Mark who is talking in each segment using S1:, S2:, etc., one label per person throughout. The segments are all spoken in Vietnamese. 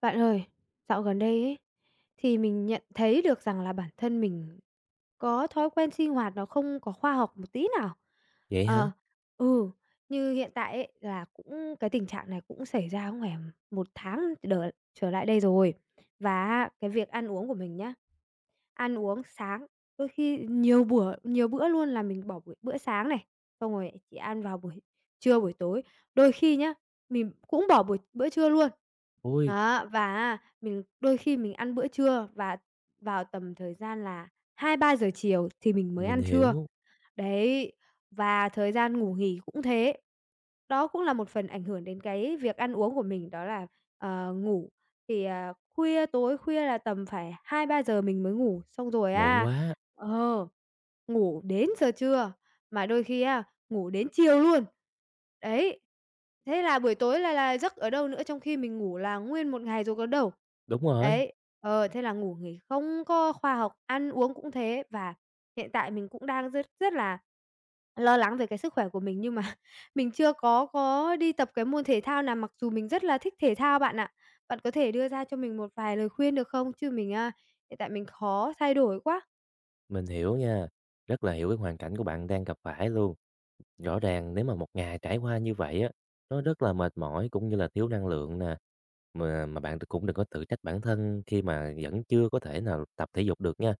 S1: Bạn ơi, dạo gần đây ấy, thì mình nhận thấy được rằng là bản thân mình có thói quen sinh hoạt nó không có khoa học một tí nào.
S2: Vậy hả?
S1: Ờ, ừ, như hiện tại ấy, là cũng cái tình trạng này cũng xảy ra khoảng một tháng trở lại đây rồi. Và cái việc ăn uống của mình nhá, ăn uống sáng, đôi khi nhiều bữa luôn là mình bỏ buổi bữa sáng này, xong rồi chỉ ăn vào buổi trưa, buổi tối. Đôi khi nhá, mình cũng bỏ buổi bữa trưa luôn.
S2: Ôi,
S1: Đó, và á mình đôi khi mình ăn bữa trưa và vào tầm thời gian là hai ba giờ chiều thì mình mới
S2: mình
S1: ăn trưa.
S2: hiểu,
S1: Đấy, và thời gian ngủ nghỉ cũng thế. Đó cũng là một phần ảnh hưởng đến cái việc ăn uống của mình, đó là, ngủ thì, tối khuya là tầm phải hai ba giờ mình mới ngủ, xong rồi
S2: muộn quá.
S1: ờ, ngủ đến giờ trưa, mà đôi khi á, ngủ đến chiều luôn. Đấy, thế là buổi tối là giấc ở đâu nữa, trong khi mình ngủ là nguyên một ngày rồi có đâu.
S2: Đúng rồi.
S1: Đấy, thế là ngủ nghỉ không có khoa học, ăn uống cũng thế. Và hiện tại mình cũng đang rất rất là lo lắng về cái sức khỏe của mình, nhưng mà mình chưa có đi tập cái môn thể thao nào, mặc dù mình rất là thích thể thao bạn ạ. Bạn có thể đưa ra cho mình một vài lời khuyên được không? Chứ hiện tại mình khó thay đổi quá.
S2: Mình hiểu nha, rất là hiểu cái hoàn cảnh của bạn đang gặp phải luôn. Rõ ràng nếu mà một ngày trải qua như vậy á, nó rất là mệt mỏi cũng như là thiếu năng lượng nè. Mà bạn cũng đừng có tự trách bản thân khi mà vẫn chưa có thể nào tập thể dục được nha.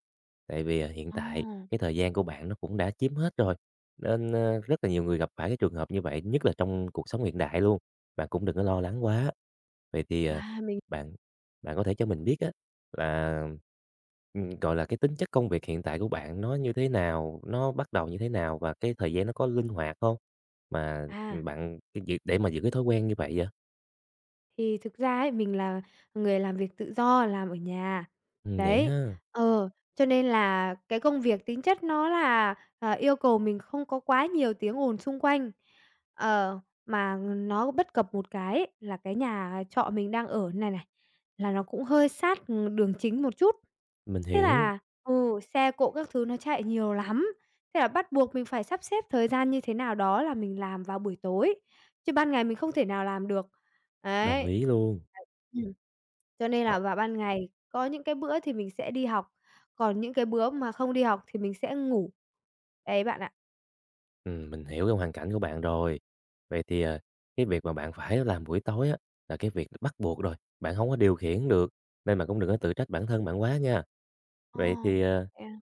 S2: Tại vì hiện
S1: Ồ.
S2: tại cái thời gian của bạn nó cũng đã chiếm hết rồi. Nên rất là nhiều người gặp phải cái trường hợp như vậy, nhất là trong cuộc sống hiện đại luôn. Bạn cũng đừng có lo lắng quá. Vậy thì
S1: À, mình
S2: bạn bạn có thể cho mình biết á là, gọi là, cái tính chất công việc hiện tại của bạn nó như thế nào? Nó bắt đầu như thế nào? Và cái thời gian nó có linh hoạt không? Mà,
S1: à.
S2: bạn cái giữ để mà giữ cái thói quen như vậy vậy?
S1: Thì thực ra ấy, mình là người làm việc tự do, làm ở nhà.
S2: Vậy
S1: Đấy,
S2: ha,
S1: ờ, cho nên là cái công việc tính chất nó là, yêu cầu mình không có quá nhiều tiếng ồn xung quanh. Ờ, mà nó bất cập một cái ấy, là cái nhà trọ mình đang ở này này, là nó cũng hơi sát, đường chính một chút.
S2: mình
S1: Thế
S2: hiểu,
S1: là xe cộ các thứ nó chạy nhiều lắm, thế là bắt buộc mình phải sắp xếp thời gian như thế nào đó là mình làm vào buổi tối, chứ ban ngày mình không thể nào làm được.
S2: đồng
S1: Ấy.
S2: ý luôn.
S1: Ừm. Cho nên
S2: Ờ,
S1: là vào ban ngày có những cái bữa thì mình sẽ đi học, còn những cái bữa mà không đi học thì mình sẽ ngủ. Đấy bạn ạ.
S2: mình hiểu cái hoàn cảnh của bạn rồi. Vậy thì, cái việc mà bạn phải làm buổi tối á, là cái việc bắt buộc rồi, bạn không có điều khiển được, nên bạn cũng đừng có tự trách bản thân bạn quá nha.
S1: Ờ.
S2: Vậy thì, ờ
S1: Thế à?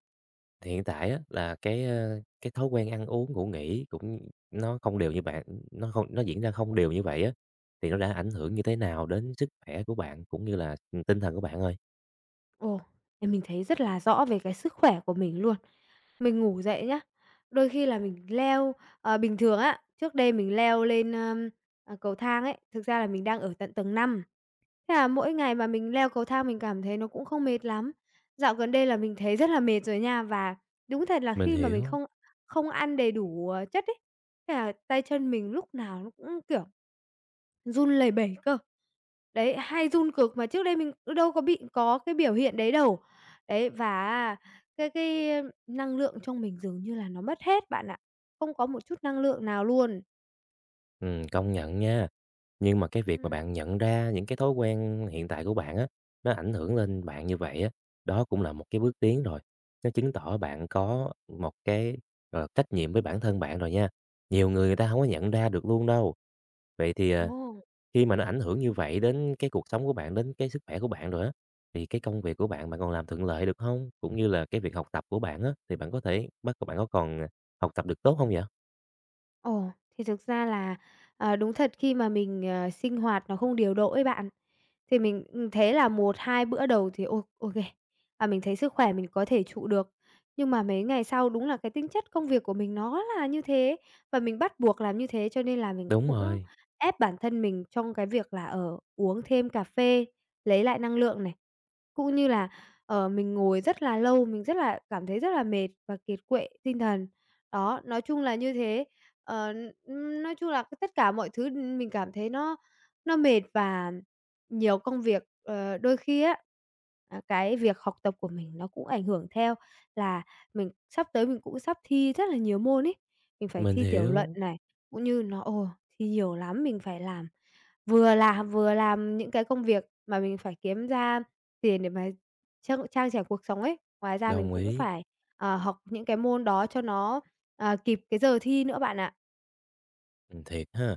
S2: Hiện tại á là cái thói quen ăn uống, ngủ nghỉ cũng nó không đều như bạn, nó diễn ra không đều như vậy á, thì nó đã ảnh hưởng như thế nào đến sức khỏe của bạn cũng như là, tinh thần của bạn ơi?
S1: Ồ, thì mình thấy rất là rõ về cái sức khỏe của mình luôn. Mình ngủ dậy nhá, đôi khi là mình leo bình thường á, trước đây mình leo lên, cầu thang ấy, thực ra là mình đang ở tận tầng năm. Thế là mỗi ngày mà mình leo cầu thang mình cảm thấy nó cũng không mệt lắm. Dạo gần đây là mình thấy rất là mệt rồi nha, và đúng thật là
S2: Mình
S1: khi mà mình
S2: hiểu.
S1: không không ăn đầy đủ, chất ấy, thế là tay chân mình lúc nào nó cũng, kiểu, run lẩy bẩy cơ. Đấy, hay run cực mà trước đây mình cũng đâu có bị có cái biểu hiện đấy đâu. Đấy, và cái năng lượng trong mình dường như là nó mất hết bạn ạ, không có một chút năng lượng nào luôn.
S2: Công nhận nha. Nhưng mà cái việc mà
S1: Ừm.
S2: bạn nhận ra những cái thói quen hiện tại của bạn á, nó ảnh hưởng lên bạn như vậy á, đó cũng là một cái bước tiến rồi. Nó chứng tỏ bạn có một cái, gọi trách nhiệm với bản thân bạn rồi nha. Nhiều người người ta không có nhận ra được luôn đâu. Vậy thì,
S1: Ồ.
S2: khi mà nó ảnh hưởng như vậy đến cái cuộc sống của bạn, đến cái sức khỏe của bạn rồi á, thì cái công việc của bạn, bạn còn làm thuận lợi được không? Cũng như là cái việc học tập của bạn á, thì bạn có còn, học tập được tốt không vậy?
S1: Ồ, thì thực ra là, đúng thật khi mà mình, sinh hoạt nó không điều độ ấy bạn, thì mình, thế là một 2 bữa đầu thì ô ô à, mình thấy sức khỏe mình có thể trụ được. Nhưng mà mấy ngày sau đúng là cái tính chất công việc của mình nó là như thế và mình bắt buộc làm như thế, cho nên là mình
S2: Đúng
S1: cũng
S2: rồi,
S1: ép bản thân mình trong cái việc là, uống thêm cà phê lấy lại năng lượng này, cũng như là, mình ngồi rất là lâu, mình rất là cảm thấy rất là mệt và kiệt quệ tinh thần. Đó, nói chung là như thế. Ờ, nói chung là cái tất cả mọi thứ, mình cảm thấy nó mệt và nhiều công việc. Ờ, đôi khi á, cái việc học tập của mình nó cũng ảnh hưởng theo là mình sắp tới mình cũng sắp thi rất là nhiều môn ấy. Mình phải
S2: mình
S1: thi tiểu luận
S2: hiểu,
S1: này, cũng như nó thi nhiều lắm, mình phải vừa làm vừa làm những cái công việc mà mình phải kiếm ra tiền để mà trang trang trải cuộc sống ấy. Ngoài ra mình
S2: đồng
S1: cũng
S2: ý.
S1: phải, học những cái môn đó cho nó, kịp cái giờ thi nữa bạn ạ.
S2: Thiệt ha,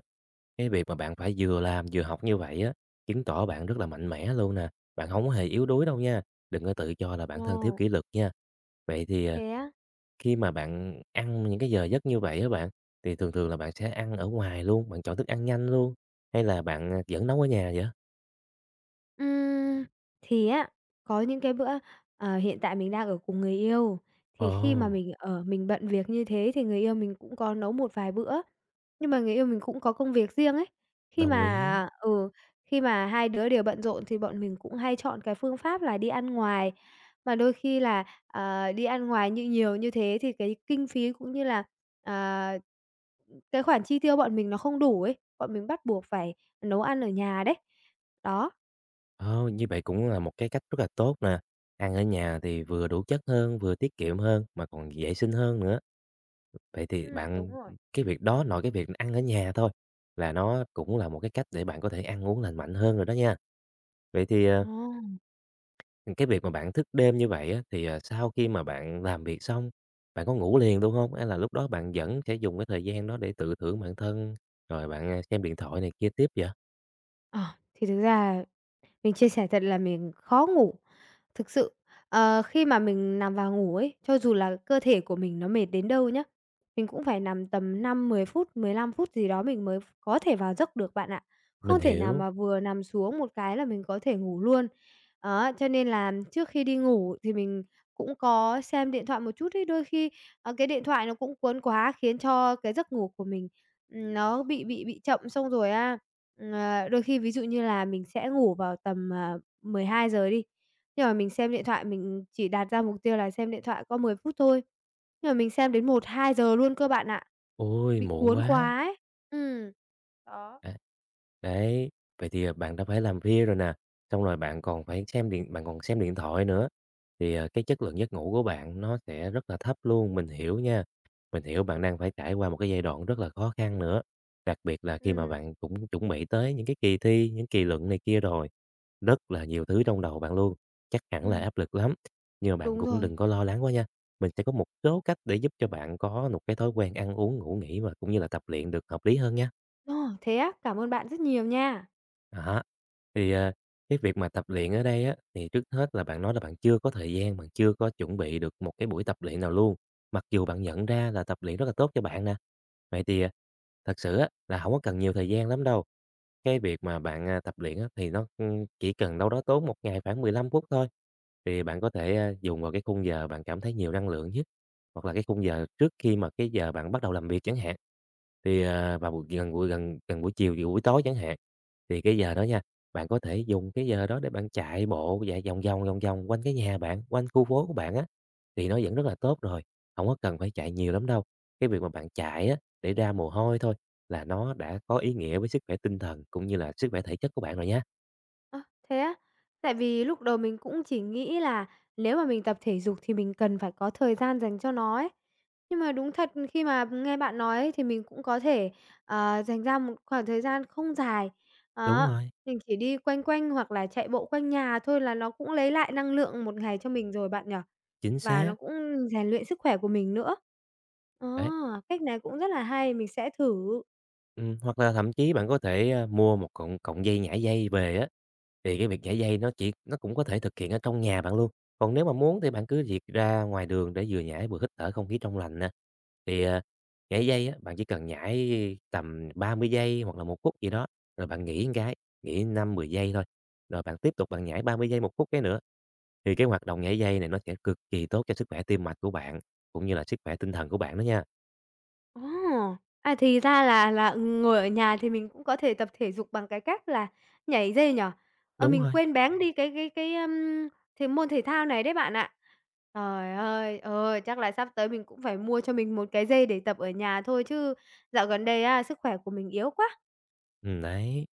S2: cái việc mà bạn phải vừa làm vừa học như vậy á, chứng tỏ bạn rất là mạnh mẽ luôn nè, bạn không có hề yếu đuối đâu nha, đừng có tự cho là bản
S1: Ồ
S2: thân thiếu kỷ luật nha. Vậy thì, à
S1: thế á?
S2: Khi mà bạn ăn những cái giờ giấc như vậy á bạn, thì thường thường là bạn sẽ ăn ở ngoài luôn, bạn chọn thức ăn nhanh luôn, hay là bạn, vẫn nấu ở nhà vậy?
S1: Ừm, thì á, có những cái bữa, hiện tại mình đang ở cùng người yêu, thì khi mà
S2: Ồ,
S1: mình bận việc như thế thì người yêu mình cũng có nấu một vài bữa, nhưng mà người yêu mình cũng có công việc riêng ấy. Khi
S2: đồng ý.
S1: mà ừ, khi mà hai đứa đều bận rộn thì bọn mình cũng hay chọn cái phương pháp là đi ăn ngoài, mà đôi khi là, đi ăn ngoài như nhiều như thế thì cái kinh phí cũng như là, à, cái khoản chi tiêu bọn mình nó không đủ ấy, bọn mình bắt buộc phải nấu ăn ở nhà đấy. Đó.
S2: Ồ, như vậy cũng là một cái cách rất là tốt nè, ăn ở nhà thì vừa đủ chất hơn, vừa tiết kiệm hơn, mà còn vệ sinh hơn nữa. Vậy thì
S1: Đúng
S2: bạn
S1: rồi.
S2: cái việc đó nội cái việc ăn ở nhà thôi là nó cũng là một cái cách để bạn có thể ăn uống lành mạnh hơn rồi đó nha. Vậy thì, ờ
S1: Ồ!
S2: Cái việc mà bạn thức đêm như vậy á, thì, sau khi mà bạn làm việc xong, bạn có ngủ liền luôn không? Hay là lúc đó bạn vẫn sẽ dùng cái thời gian đó để tự thưởng bản thân, rồi bạn, xem điện thoại này kia tiếp vậy?
S1: Ờ, thì thực ra mình chia sẻ thật là mình khó ngủ. Thực sự, khi mà mình nằm vào ngủ ấy, cho dù là cơ thể của mình nó mệt đến đâu nhá, mình cũng phải nằm tầm 5, 10 phút, 15 phút gì đó mình mới có thể vào giấc được bạn ạ.
S2: Mình
S1: Không thể nào
S2: hiểu.
S1: mà vừa nằm xuống một cái là mình có thể ngủ luôn. Đó, cho nên là trước khi đi ngủ thì mình cũng có xem điện thoại một chút ấy, đôi khi, cái điện thoại nó cũng cuốn quá khiến cho cái giấc ngủ của mình, nó bị chậm. Xong rồi á, đôi khi ví dụ như là mình sẽ ngủ vào tầm, 12 giờ đi, nhưng mà mình xem điện thoại, mình chỉ đặt ra mục tiêu là xem điện thoại có 10 phút thôi, nhưng mà mình xem đến một hai giờ luôn cơ bạn ạ.
S2: Ôi,
S1: Bị
S2: muộn
S1: cuốn
S2: quá!
S1: quá ấy. Ừm,
S2: À, đấy, vậy thì, bạn đã phải làm bia rồi nè, xong rồi bạn còn phải xem điện bạn còn xem điện thoại nữa, thì, cái chất lượng giấc ngủ của bạn nó sẽ rất là thấp luôn. Mình hiểu nha, mình hiểu bạn đang phải trải qua một cái giai đoạn rất là khó khăn nữa, đặc biệt là khi mà
S1: ừm,
S2: bạn cũng chuẩn bị tới những cái kỳ thi, những kỳ luận này kia rồi, rất là nhiều thứ trong đầu bạn luôn, chắc hẳn là
S1: ừm,
S2: áp lực lắm. Nhưng mà bạn
S1: đúng
S2: cũng
S1: rồi.
S2: đừng có lo lắng quá nha, mình sẽ có một số cách để giúp cho bạn có một cái thói quen ăn uống, ngủ nghỉ và cũng như là tập luyện được hợp lý hơn nha.
S1: Ờ, thế á? Cảm ơn bạn rất nhiều nha.
S2: Đó, thì, cái việc mà tập luyện ở đây á, thì trước hết là bạn nói là bạn chưa có thời gian, bạn chưa có chuẩn bị được một cái buổi tập luyện nào luôn, mặc dù bạn nhận ra là tập luyện rất là tốt cho bạn nè. Vậy thì, thật sự á, là không có cần nhiều thời gian lắm đâu. Cái việc mà bạn, tập luyện á, thì nó, chỉ cần đâu đó tốn một ngày khoảng 15 phút thôi, thì bạn có thể, dùng vào cái khung giờ bạn cảm thấy nhiều năng lượng nhất, hoặc là cái khung giờ trước khi mà cái giờ bạn bắt đầu làm việc chẳng hạn. Thì, vào buổi gần gần buổi chiều, gần buổi tối chẳng hạn, thì cái giờ đó nha, bạn có thể dùng cái giờ đó để bạn chạy bộ, chạy vòng vòng quanh cái nhà bạn, quanh khu phố của bạn á, thì nó vẫn rất là tốt rồi, không có cần phải chạy nhiều lắm đâu. Cái việc mà bạn chạy á, để ra mồ hôi thôi là nó đã có ý nghĩa với sức khỏe tinh thần cũng như là sức khỏe thể chất của bạn rồi nhé.
S1: Ơ, thế á? Tại vì lúc đầu mình cũng chỉ nghĩ là nếu mà mình tập thể dục thì mình cần phải có thời gian dành cho nó ấy. Nhưng mà đúng thật khi mà nghe bạn nói thì mình cũng có thể, dành ra một khoảng thời gian không dài.
S2: Đúng
S1: Đó,
S2: rồi,
S1: mình chỉ đi quanh quanh hoặc là chạy bộ quanh nhà thôi là nó cũng lấy lại năng lượng một ngày cho mình rồi bạn nhỉ?
S2: chính
S1: Và
S2: xác.
S1: nó cũng rèn luyện sức khỏe của mình nữa. Ờ,
S2: Đấy,
S1: cách này cũng rất là hay, mình sẽ thử.
S2: hoặc là thậm chí bạn có thể, mua một cọng cọng dây về á. Thì cái việc nhảy dây nó cũng có thể thực hiện ở trong nhà bạn luôn. Còn nếu mà muốn thì bạn cứ việc ra ngoài đường để vừa nhảy vừa hít thở không khí trong lành nè. Thì, nhảy dây á, bạn chỉ cần nhảy tầm 30 giây hoặc là 1 phút gì đó, rồi bạn nghỉ một cái, nghỉ 5-10 giây thôi, rồi bạn tiếp tục bạn nhảy 30 giây, 1 phút cái nữa. Thì cái hoạt động nhảy dây này nó sẽ cực kỳ tốt cho sức khỏe tim mạch của bạn, cũng như là sức khỏe tinh thần của bạn đó nha.
S1: Ồ! À, thì ra là, ngồi ở nhà thì mình cũng có thể tập thể dục bằng cái cách là nhảy dây nhỉ? Ờ,
S2: Đúng
S1: mình
S2: rồi,
S1: quên béng đi cái thì môn thể thao này đấy bạn ạ. Trời ơi, chắc là sắp tới mình cũng phải mua cho mình một cái dây để tập ở nhà thôi chứ dạo gần đây á, sức khỏe của mình yếu quá.
S2: đấy.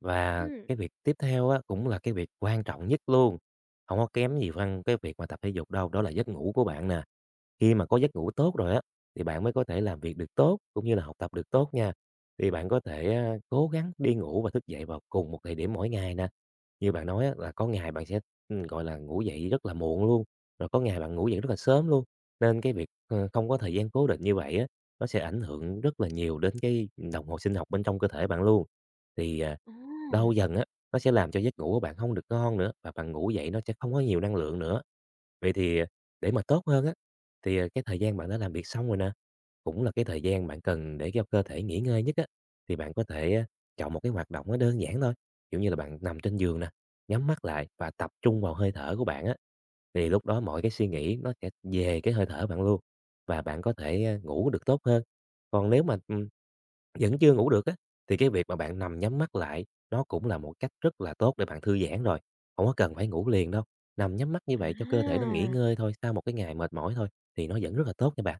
S2: Và
S1: Ừm.
S2: cái việc tiếp theo á, cũng là cái việc quan trọng nhất luôn, không có kém gì phân cái việc mà tập thể dục đâu, đó là giấc ngủ của bạn nè. Khi mà có giấc ngủ tốt rồi á, thì bạn mới có thể làm việc được tốt, cũng như là học tập được tốt nha. Thì bạn có thể, cố gắng đi ngủ và thức dậy vào cùng một thời điểm mỗi ngày nè. Như bạn nói á, là có ngày bạn sẽ, gọi là, ngủ dậy rất là muộn luôn, rồi có ngày bạn ngủ dậy rất là sớm luôn, nên cái việc, không có thời gian cố định như vậy á, nó sẽ ảnh hưởng rất là nhiều đến cái đồng hồ sinh học bên trong cơ thể bạn luôn. Thì,
S1: À.
S2: lâu dần á, nó sẽ làm cho giấc ngủ của bạn không được ngon nữa, và bạn ngủ dậy nó sẽ không có nhiều năng lượng nữa. Vậy thì, để mà tốt hơn á, thì, cái thời gian bạn đã làm việc xong rồi nè, cũng là cái thời gian bạn cần để cho cơ thể nghỉ ngơi nhất á, thì bạn có thể á chọn một cái hoạt động nó đơn giản thôi, kiểu như là bạn nằm trên giường nè, nhắm mắt lại và tập trung vào hơi thở của bạn á. Thì lúc đó mọi cái suy nghĩ nó sẽ về cái hơi thở bạn luôn và bạn có thể, ngủ được tốt hơn. Còn nếu mà, vẫn chưa ngủ được á, thì cái việc mà bạn nằm nhắm mắt lại nó cũng là một cách rất là tốt để bạn thư giãn rồi, không có cần phải ngủ liền đâu. Nằm nhắm mắt như vậy cho cơ thể nó nghỉ
S1: À!
S2: ngơi thôi, sau một cái ngày mệt mỏi thôi, thì nó vẫn rất là tốt nha bạn.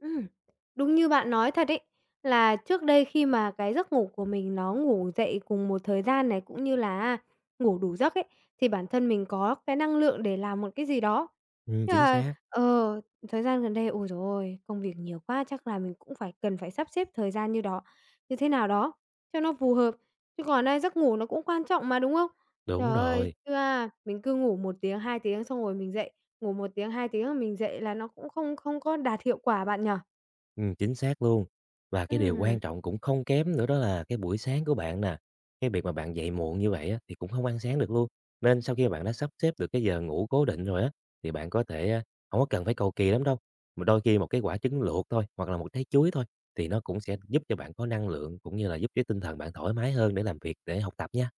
S1: Ừm, đúng như bạn nói thật ấy, là trước đây khi mà cái giấc ngủ của mình nó ngủ dậy cùng một thời gian này, cũng như là ngủ đủ giấc ấy, thì bản thân mình có cái năng lượng để làm một cái gì đó. Nhưng
S2: Chính
S1: mà,
S2: xác,
S1: ờ, thời gian gần đây, ôi trời ơi, công việc nhiều quá, chắc là mình cũng phải cần phải sắp xếp thời gian như thế nào đó cho nó phù hợp, chứ còn á giấc ngủ nó cũng quan trọng mà, đúng không? Trời
S2: đúng
S1: ơi,
S2: rồi.
S1: chứ á mình cứ ngủ một tiếng, 2 tiếng xong rồi mình dậy, ngủ một tiếng, 2 tiếng rồi mình dậy là nó cũng không không có đạt hiệu quả bạn nhỉ?
S2: Chính xác luôn. Và cái điều
S1: Ừm.
S2: quan trọng cũng không kém nữa đó là cái buổi sáng của bạn nè, cái việc mà bạn dậy muộn như vậy á, thì cũng không ăn sáng được luôn. Nên sau khi mà bạn đã sắp xếp được cái giờ ngủ cố định rồi á, thì bạn có thể, hổng có cần phải cầu kỳ lắm đâu, mà đôi khi một cái quả trứng luộc thôi, hoặc là một trái chuối thôi, thì nó cũng sẽ giúp cho bạn có năng lượng, cũng như là giúp cho tinh thần bạn thoải mái hơn để làm việc, để học tập nha.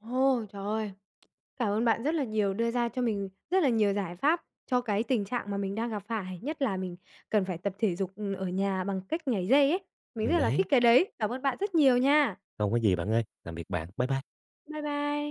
S1: Ồ, trời ơi! Cảm ơn bạn rất là nhiều, đưa ra cho mình rất là nhiều giải pháp cho cái tình trạng mà mình đang gặp phải, nhất là mình cần phải tập thể dục, ở nhà bằng cách nhảy dây ấy. Mình rất là
S2: Đấy,
S1: thích cái đấy. Cảm ơn bạn rất nhiều nha.
S2: không có gì bạn ơi, làm việc bạn. Bye bye.
S1: Bye bye.